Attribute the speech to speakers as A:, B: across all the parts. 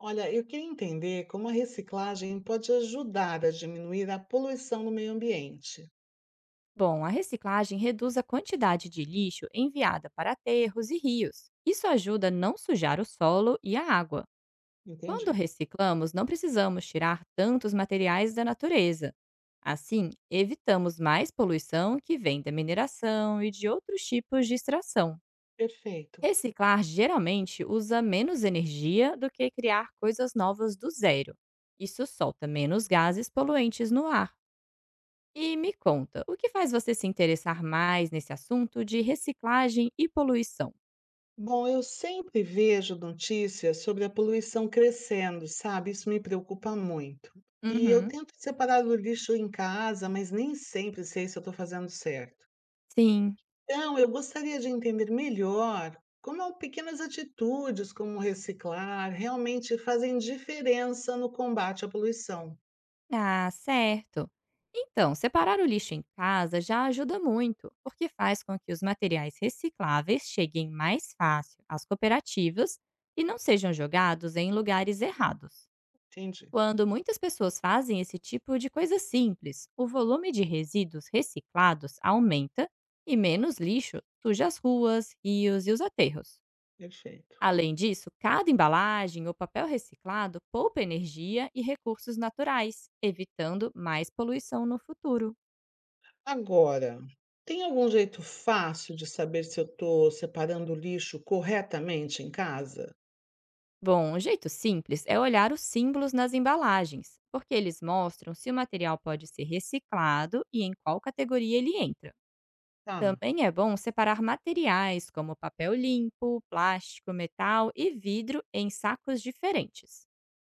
A: Olha, eu queria entender como a reciclagem pode ajudar a diminuir a poluição no meio ambiente.
B: Bom, a reciclagem reduz a quantidade de lixo enviada para aterros e rios. Isso ajuda a não sujar o solo e a água. Quando
A: Entendi.
B: reciclamos, não precisamos tirar tantos materiais da natureza. Assim, evitamos mais poluição que vem da mineração e de outros tipos de extração.
A: Perfeito.
B: Reciclar geralmente usa menos energia do que criar coisas novas do zero. Isso solta menos gases poluentes no ar. E me conta, o que faz você se interessar mais nesse assunto de reciclagem e poluição?
A: Bom, eu sempre vejo notícias sobre a poluição crescendo, sabe? Isso me preocupa muito. E eu
B: Uhum.
A: tento separar o lixo em casa, mas nem sempre sei se eu estou fazendo certo.
B: Sim.
A: Então, eu gostaria de entender melhor como pequenas atitudes como reciclar realmente fazem diferença no combate à poluição.
B: Ah, certo. Então, separar o lixo em casa já ajuda muito, porque faz com que os materiais recicláveis cheguem mais fácil às cooperativas e não sejam jogados em lugares errados.
A: Entendi.
B: Quando muitas pessoas fazem esse tipo de coisa simples, o volume de resíduos reciclados aumenta e menos lixo suja as ruas, rios e os aterros.
A: Perfeito.
B: Além disso, cada embalagem ou papel reciclado poupa energia e recursos naturais, evitando mais poluição no futuro.
A: Agora, tem algum jeito fácil de saber se eu estou separando o lixo corretamente em casa?
B: Bom, um jeito simples é olhar os símbolos nas embalagens, porque eles mostram se o material pode ser reciclado e em qual categoria ele entra.
A: Tá.
B: Também é bom separar materiais como papel limpo, plástico, metal e vidro em sacos diferentes.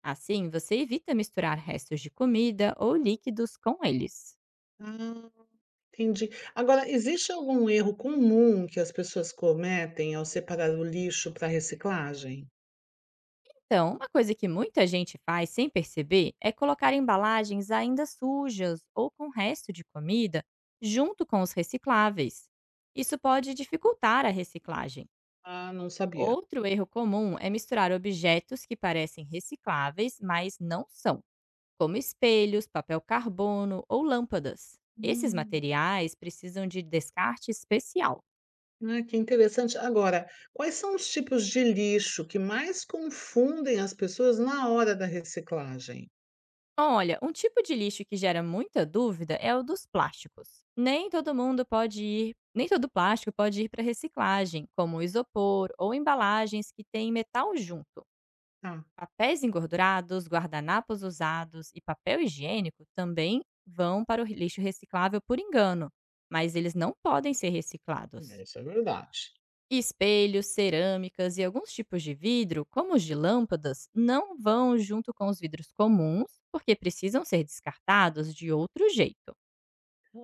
B: Assim, você evita misturar restos de comida ou líquidos com eles.
A: Ah, entendi. Agora, existe algum erro comum que as pessoas cometem ao separar o lixo para reciclagem?
B: Então, uma coisa que muita gente faz sem perceber é colocar embalagens ainda sujas ou com resto de comida junto com os recicláveis. Isso pode dificultar a reciclagem.
A: Ah, não sabia.
B: Outro erro comum é misturar objetos que parecem recicláveis, mas não são, como espelhos, papel carbono ou lâmpadas. Esses
A: Hum.
B: materiais precisam de descarte especial.
A: Ah, que interessante. Agora, quais são os tipos de lixo que mais confundem as pessoas na hora da reciclagem?
B: Olha, um tipo de lixo que gera muita dúvida é o dos plásticos. Nem todo mundo pode ir, nem todo plástico pode ir para reciclagem, como isopor ou embalagens que têm metal junto.
A: Ah,
B: Papéis engordurados, guardanapos usados e papel higiênico também vão para o lixo reciclável por engano, mas eles não podem ser reciclados.
A: isso é verdade.
B: Espelhos, cerâmicas e alguns tipos de vidro, como os de lâmpadas, não vão junto com os vidros comuns, porque precisam ser descartados de outro jeito.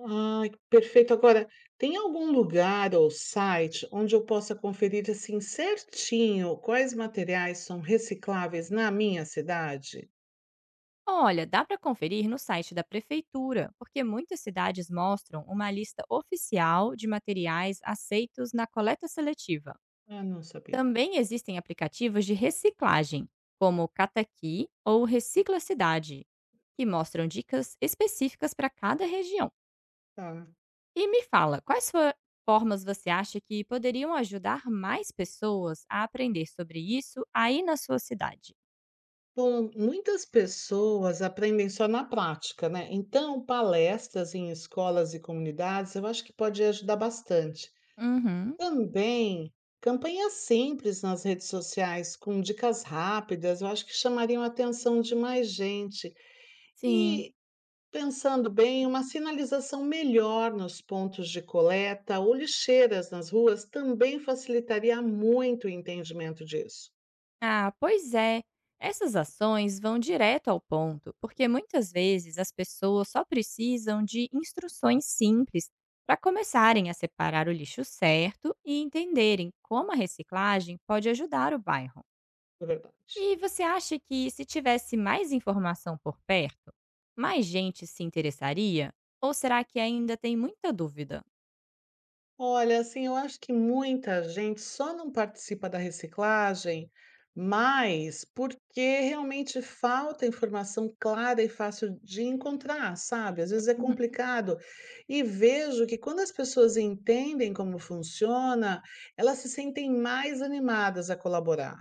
A: Ai, perfeito. Agora, tem algum lugar ou site onde eu possa conferir assim certinho quais materiais são recicláveis na minha cidade?
B: Olha, dá para conferir no site da prefeitura, porque muitas cidades mostram uma lista oficial de materiais aceitos na coleta seletiva.
A: Ah, não sabia.
B: Também existem aplicativos de reciclagem, como o Cataqui ou Recicla Cidade, que mostram dicas específicas para cada região.
A: Tá.
B: E me fala, quais formas você acha que poderiam ajudar mais pessoas a aprender sobre isso aí na sua cidade?
A: Bom, muitas pessoas aprendem só na prática, né? Então, palestras em escolas e comunidades, eu acho que pode ajudar bastante.
B: Uhum.
A: Também, campanhas simples nas redes sociais com dicas rápidas, eu acho que chamariam a atenção de mais gente.
B: Sim.
A: E Pensando bem, uma sinalização melhor nos pontos de coleta ou lixeiras nas ruas também facilitaria muito o entendimento disso.
B: Ah, pois é. Essas ações vão direto ao ponto, porque muitas vezes as pessoas só precisam de instruções simples para começarem a separar o lixo certo e entenderem como a reciclagem pode ajudar o bairro.
A: É verdade.
B: E você acha que se tivesse mais informação por perto, mais gente se interessaria? Ou será que ainda tem muita dúvida?
A: Olha, assim, eu acho que muita gente só não participa da reciclagem, mas porque realmente falta informação clara e fácil de encontrar, sabe? Às vezes é
B: Uhum.
A: complicado. E vejo que quando as pessoas entendem como funciona, elas se sentem mais animadas a colaborar.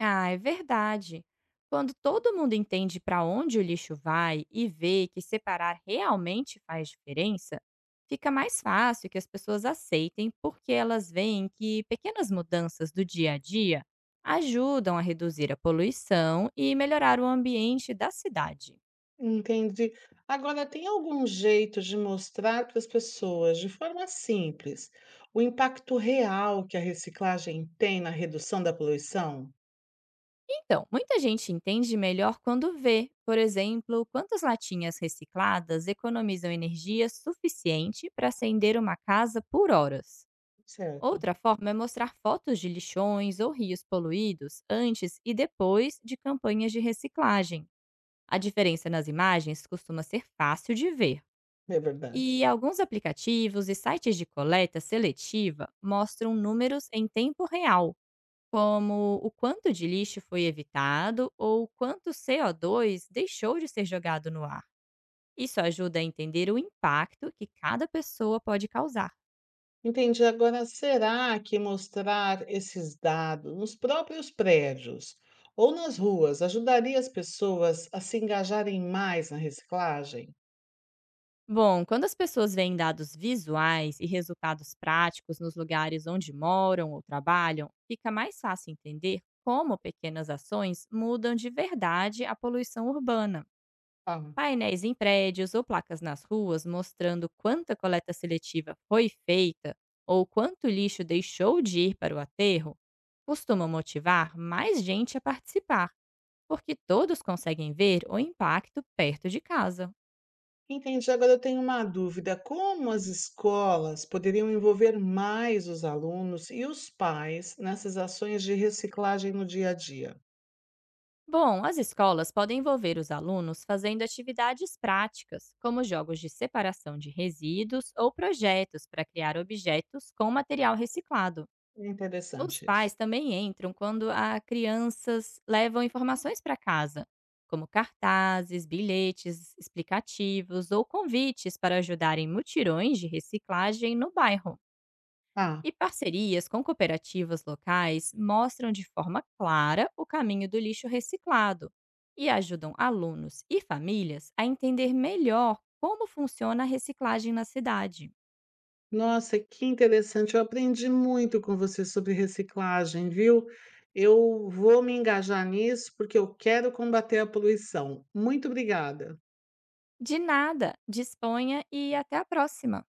B: Ah, é verdade. Quando todo mundo entende para onde o lixo vai e vê que separar realmente faz diferença, fica mais fácil que as pessoas aceitem porque elas veem que pequenas mudanças do dia a dia ajudam a reduzir a poluição e melhorar o ambiente da cidade.
A: Entendi. Agora, tem algum jeito de mostrar para as pessoas, de forma simples, o impacto real que a reciclagem tem na redução da poluição?
B: Então, muita gente entende melhor quando vê, por exemplo, quantas latinhas recicladas economizam energia suficiente para acender uma casa por horas.
A: Certo,
B: Outra forma é mostrar fotos de lixões ou rios poluídos antes e depois de campanhas de reciclagem. A diferença nas imagens costuma ser fácil de ver.
A: é verdade.
B: E alguns aplicativos e sites de coleta seletiva mostram números em tempo real como o quanto de lixo foi evitado ou o quanto CO2 deixou de ser jogado no ar. Isso ajuda a entender o impacto que cada pessoa pode causar.
A: Entendi. Agora, será que mostrar esses dados nos próprios prédios ou nas ruas ajudaria as pessoas a se engajarem mais na reciclagem?
B: Bom, quando as pessoas veem dados visuais e resultados práticos nos lugares onde moram ou trabalham, fica mais fácil entender como pequenas ações mudam de verdade a poluição urbana. Painéis em prédios ou placas nas ruas mostrando quanta coleta seletiva foi feita ou quanto lixo deixou de ir para o aterro costumam motivar mais gente a participar, porque todos conseguem ver o impacto perto de casa.
A: Entendi. Agora eu tenho uma dúvida: como as escolas poderiam envolver mais os alunos e os pais nessas ações de reciclagem no dia a dia?
B: Bom, as escolas podem envolver os alunos fazendo atividades práticas, como jogos de separação de resíduos ou projetos para criar objetos com material reciclado.
A: É
B: Os
A: interessante
B: pais
A: isso.
B: também entram quando as crianças levam informações para casa, como cartazes, bilhetes explicativos ou convites para ajudar em mutirões de reciclagem no bairro.
A: Ah,
B: E parcerias com cooperativas locais mostram de forma clara o caminho do lixo reciclado e ajudam alunos e famílias a entender melhor como funciona a reciclagem na cidade.
A: nossa, que interessante. Eu aprendi muito com você sobre reciclagem, viu? Eu vou me engajar nisso porque eu quero combater a poluição. Muito obrigada.
B: De nada, disponha e até a próxima!